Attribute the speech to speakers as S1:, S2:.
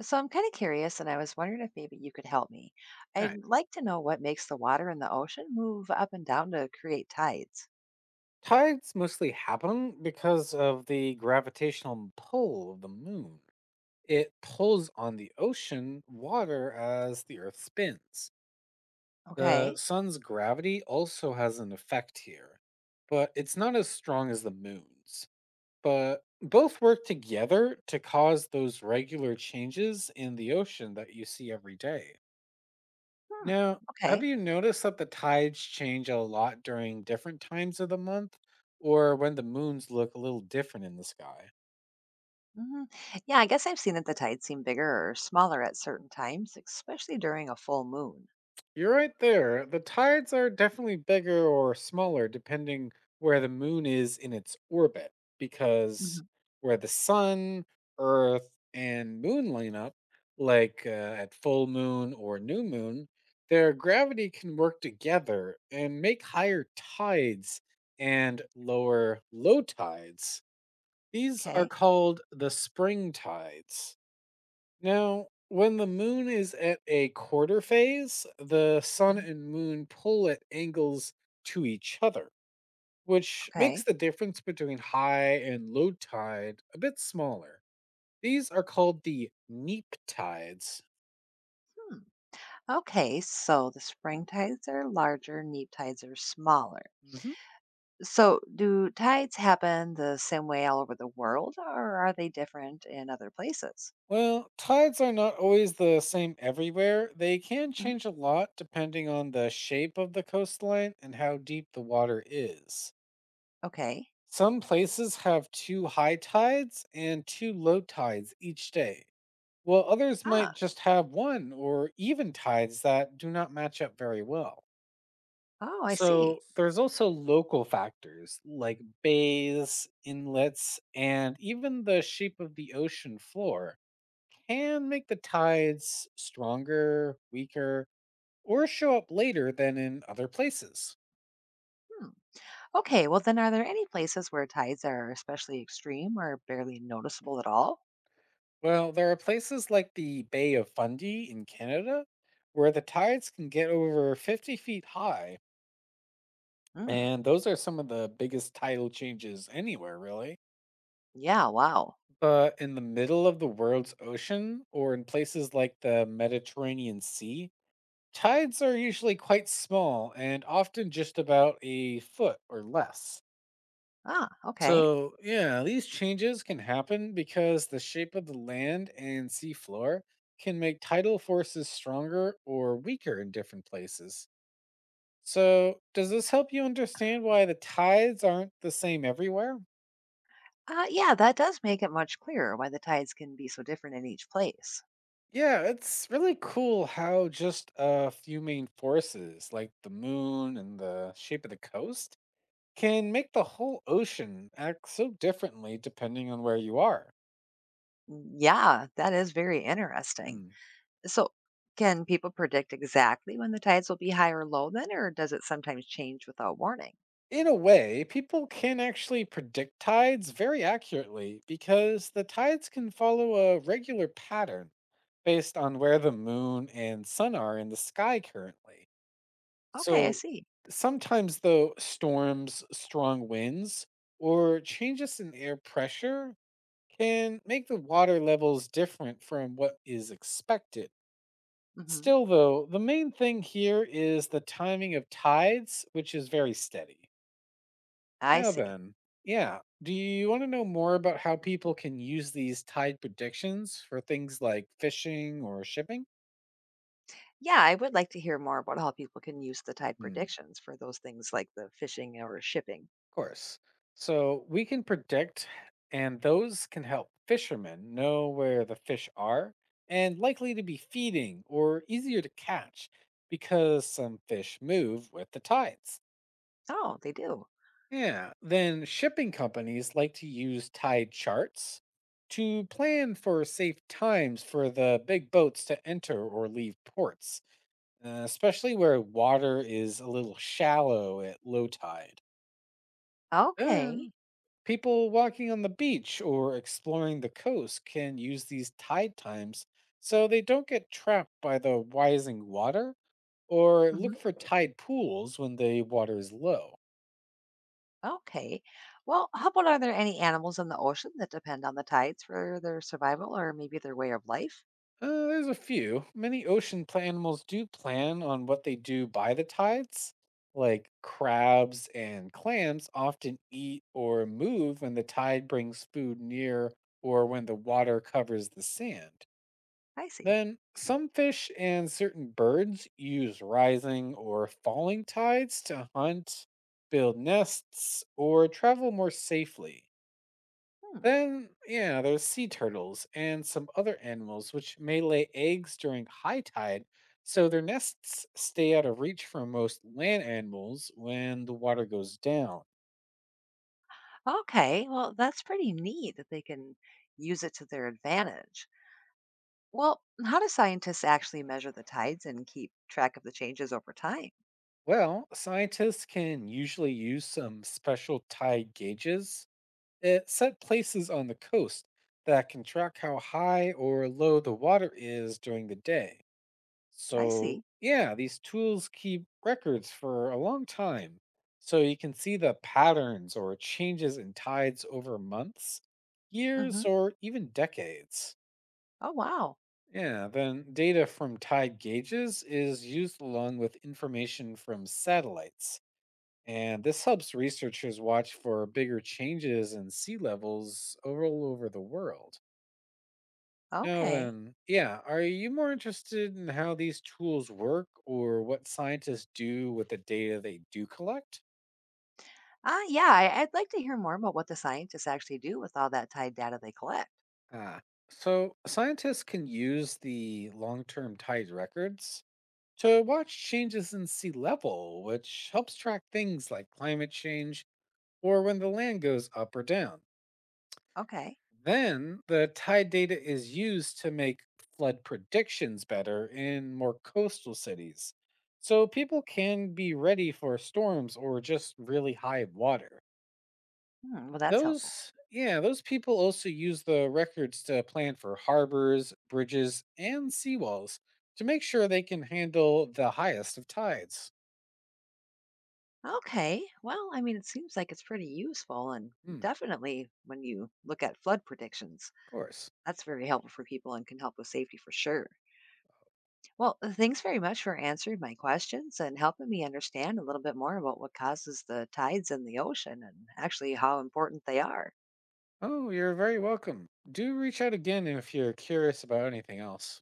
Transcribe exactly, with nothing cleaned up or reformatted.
S1: So I'm kind of curious, and I was wondering if maybe you could help me. I'd
S2: Right.
S1: like to know what makes the water in the ocean move up and down to create tides.
S2: Tides mostly happen because of the gravitational pull of the moon. It pulls on the ocean water as the earth spins. The
S1: Okay.
S2: sun's gravity also has an effect here, but it's not as strong as the moon's. But both work together to cause those regular changes in the ocean that you see every day.
S1: Hmm.
S2: Now, have
S1: Okay.
S2: you noticed that the tides change a lot during different times of the month or when the moons look a little different in the sky?
S1: hmm Yeah, I guess I've seen that the tides seem bigger or smaller at certain times, especially during a full moon.
S2: You're right there. The tides are definitely bigger or smaller depending where the moon is in its orbit, because
S1: Mhm.
S2: where the sun, earth, and moon line up, like uh, at full moon or new moon, their gravity can work together and make higher tides and lower low tides. These are
S1: Okay.
S2: called the spring tides. Now, when the moon is at a quarter phase, the sun
S1: Mhm.
S2: and moon pull at angles to each other, which makes
S1: Okay.
S2: the difference between high and low tide a bit smaller. These are called the neap tides.
S1: Hmm. Okay. So the spring tides are larger, and neap tides are smaller.
S2: Mhm.
S1: So do tides happen the same way all over the world, or are they different in other places?
S2: Well, tides are not always the same everywhere. They can
S1: Mm-hmm.
S2: change a lot depending on the shape of the coastline and how deep the water is.
S1: Okay.
S2: Some places have two high tides and two low tides each day, while others
S1: Ah.
S2: might just have one or even tides that do not match up very well.
S1: Oh, I see.
S2: So there's also local factors like bays, inlets, and even the shape of the ocean floor can make the tides stronger, weaker, or show up later than in other places.
S1: Hmm. Okay, well, then are there any places where tides are especially extreme or barely noticeable at all?
S2: Well, there are places like the Bay of Fundy in Canada where the tides can get over fifty feet high.
S1: Mm.
S2: And those are some of the biggest tidal changes anywhere, really.
S1: Yeah, wow.
S2: But in the middle of the world's ocean or in places like the Mediterranean Sea, tides are usually quite small and often just about a foot or less.
S1: Ah, okay.
S2: So, yeah, these changes can happen because the shape of the land and seafloor can make tidal forces stronger or weaker in different places. So, does this help you understand why the tides aren't the same everywhere?
S1: Uh, yeah, that does make it much clearer why the tides can be so different in each place.
S2: Yeah, it's really cool how just a few main forces, like the moon and the shape of the coast, can make the whole ocean act so differently depending on where you are.
S1: Mm. Yeah, that is very interesting.
S2: Hmm.
S1: So, can people predict exactly when the tides will be high or low then, or does it sometimes change without warning?
S2: In a way, people can actually predict tides very accurately because the tides can follow a regular pattern based on where the moon and sun are in the sky currently.
S1: Okay, I
S2: So
S1: see.
S2: sometimes, though, storms, strong winds, or changes in air pressure can make the water levels different from what is expected.
S1: Hmm
S2: Still, though, the main thing here is the timing of tides, which is very steady.
S1: I
S2: Now
S1: see.
S2: then, yeah. Do you want to know more about how people can use these tide predictions for things like fishing or shipping?
S1: Yeah, I would like to hear more about how people can use the tide
S2: Hmm, of
S1: predictions for those things like the fishing or shipping.
S2: course. So we can predict, and those can help fishermen know where the fish are and likely to be feeding or easier to catch because some fish move with the tides.
S1: Oh, they do.
S2: Yeah. Then shipping companies like to use tide charts to plan for safe times for the big boats to enter or leave ports, uh, especially where water is a little shallow at low tide.
S1: Okay.
S2: Um, People walking on the beach or exploring the coast can use these tide times so they don't get trapped by the rising water or
S1: hmm
S2: look for tide pools when the water is low.
S1: Okay. Well, how about are there any animals in the ocean that depend on the tides for their survival or maybe their way of life?
S2: Uh, there's a few. Many ocean pla- animals do plan on what they do by the tides. Like crabs and clams often eat or move when the tide brings food near or when the water covers the sand.
S1: I see.
S2: Then, some fish and certain birds use rising or falling tides to hunt, build nests, or travel more safely.
S1: Hmm.
S2: Then, yeah, there's sea turtles and some other animals which may lay eggs during high tide, so their nests stay out of reach for most land animals when the water goes down.
S1: Okay. Well, that's pretty neat that they can use it to their advantage. Well, how do scientists actually measure the tides and keep track of the changes over time?
S2: Well, scientists can usually use some special tide gauges at set places on the coast that can track how high or low the water is during the day.
S1: I
S2: So,
S1: see.
S2: yeah, these tools keep records for a long time. So you can see the patterns or changes in tides over months,
S1: Hmm
S2: years, or even decades.
S1: Oh, wow.
S2: Yeah, then data from tide gauges is used along with information from satellites. And this helps researchers watch for bigger changes in sea levels all over the world. Now
S1: Okay.
S2: then, yeah, are you more interested in how these tools work or what scientists do with the data they do collect?
S1: Ah, yeah, I, I'd like to hear more about what the scientists actually do with all that tide data they collect.
S2: Ah, so scientists can use the long term tide records to watch changes in sea level, which helps track things like climate change or when the land goes up or down.
S1: Okay.
S2: Then the tide data is used to make flood predictions better in more coastal cities. So people can be ready for storms or just really high water.
S1: Hmm, well, that's helpful.
S2: Those, yeah, those people also use the records to plan for harbors, bridges, and seawalls to make sure they can handle the highest of tides.
S1: Okay, well, I mean, it seems like it's pretty useful, and
S2: Hmm,
S1: definitely when you look at flood predictions,
S2: of course.
S1: that's very helpful for people and can help with safety for sure. Well, uh, thanks very much for answering my questions and helping me understand a little bit more about what causes the tides in the ocean and actually how important they are.
S2: Oh, you're very welcome. Do reach out again if you're curious about anything else.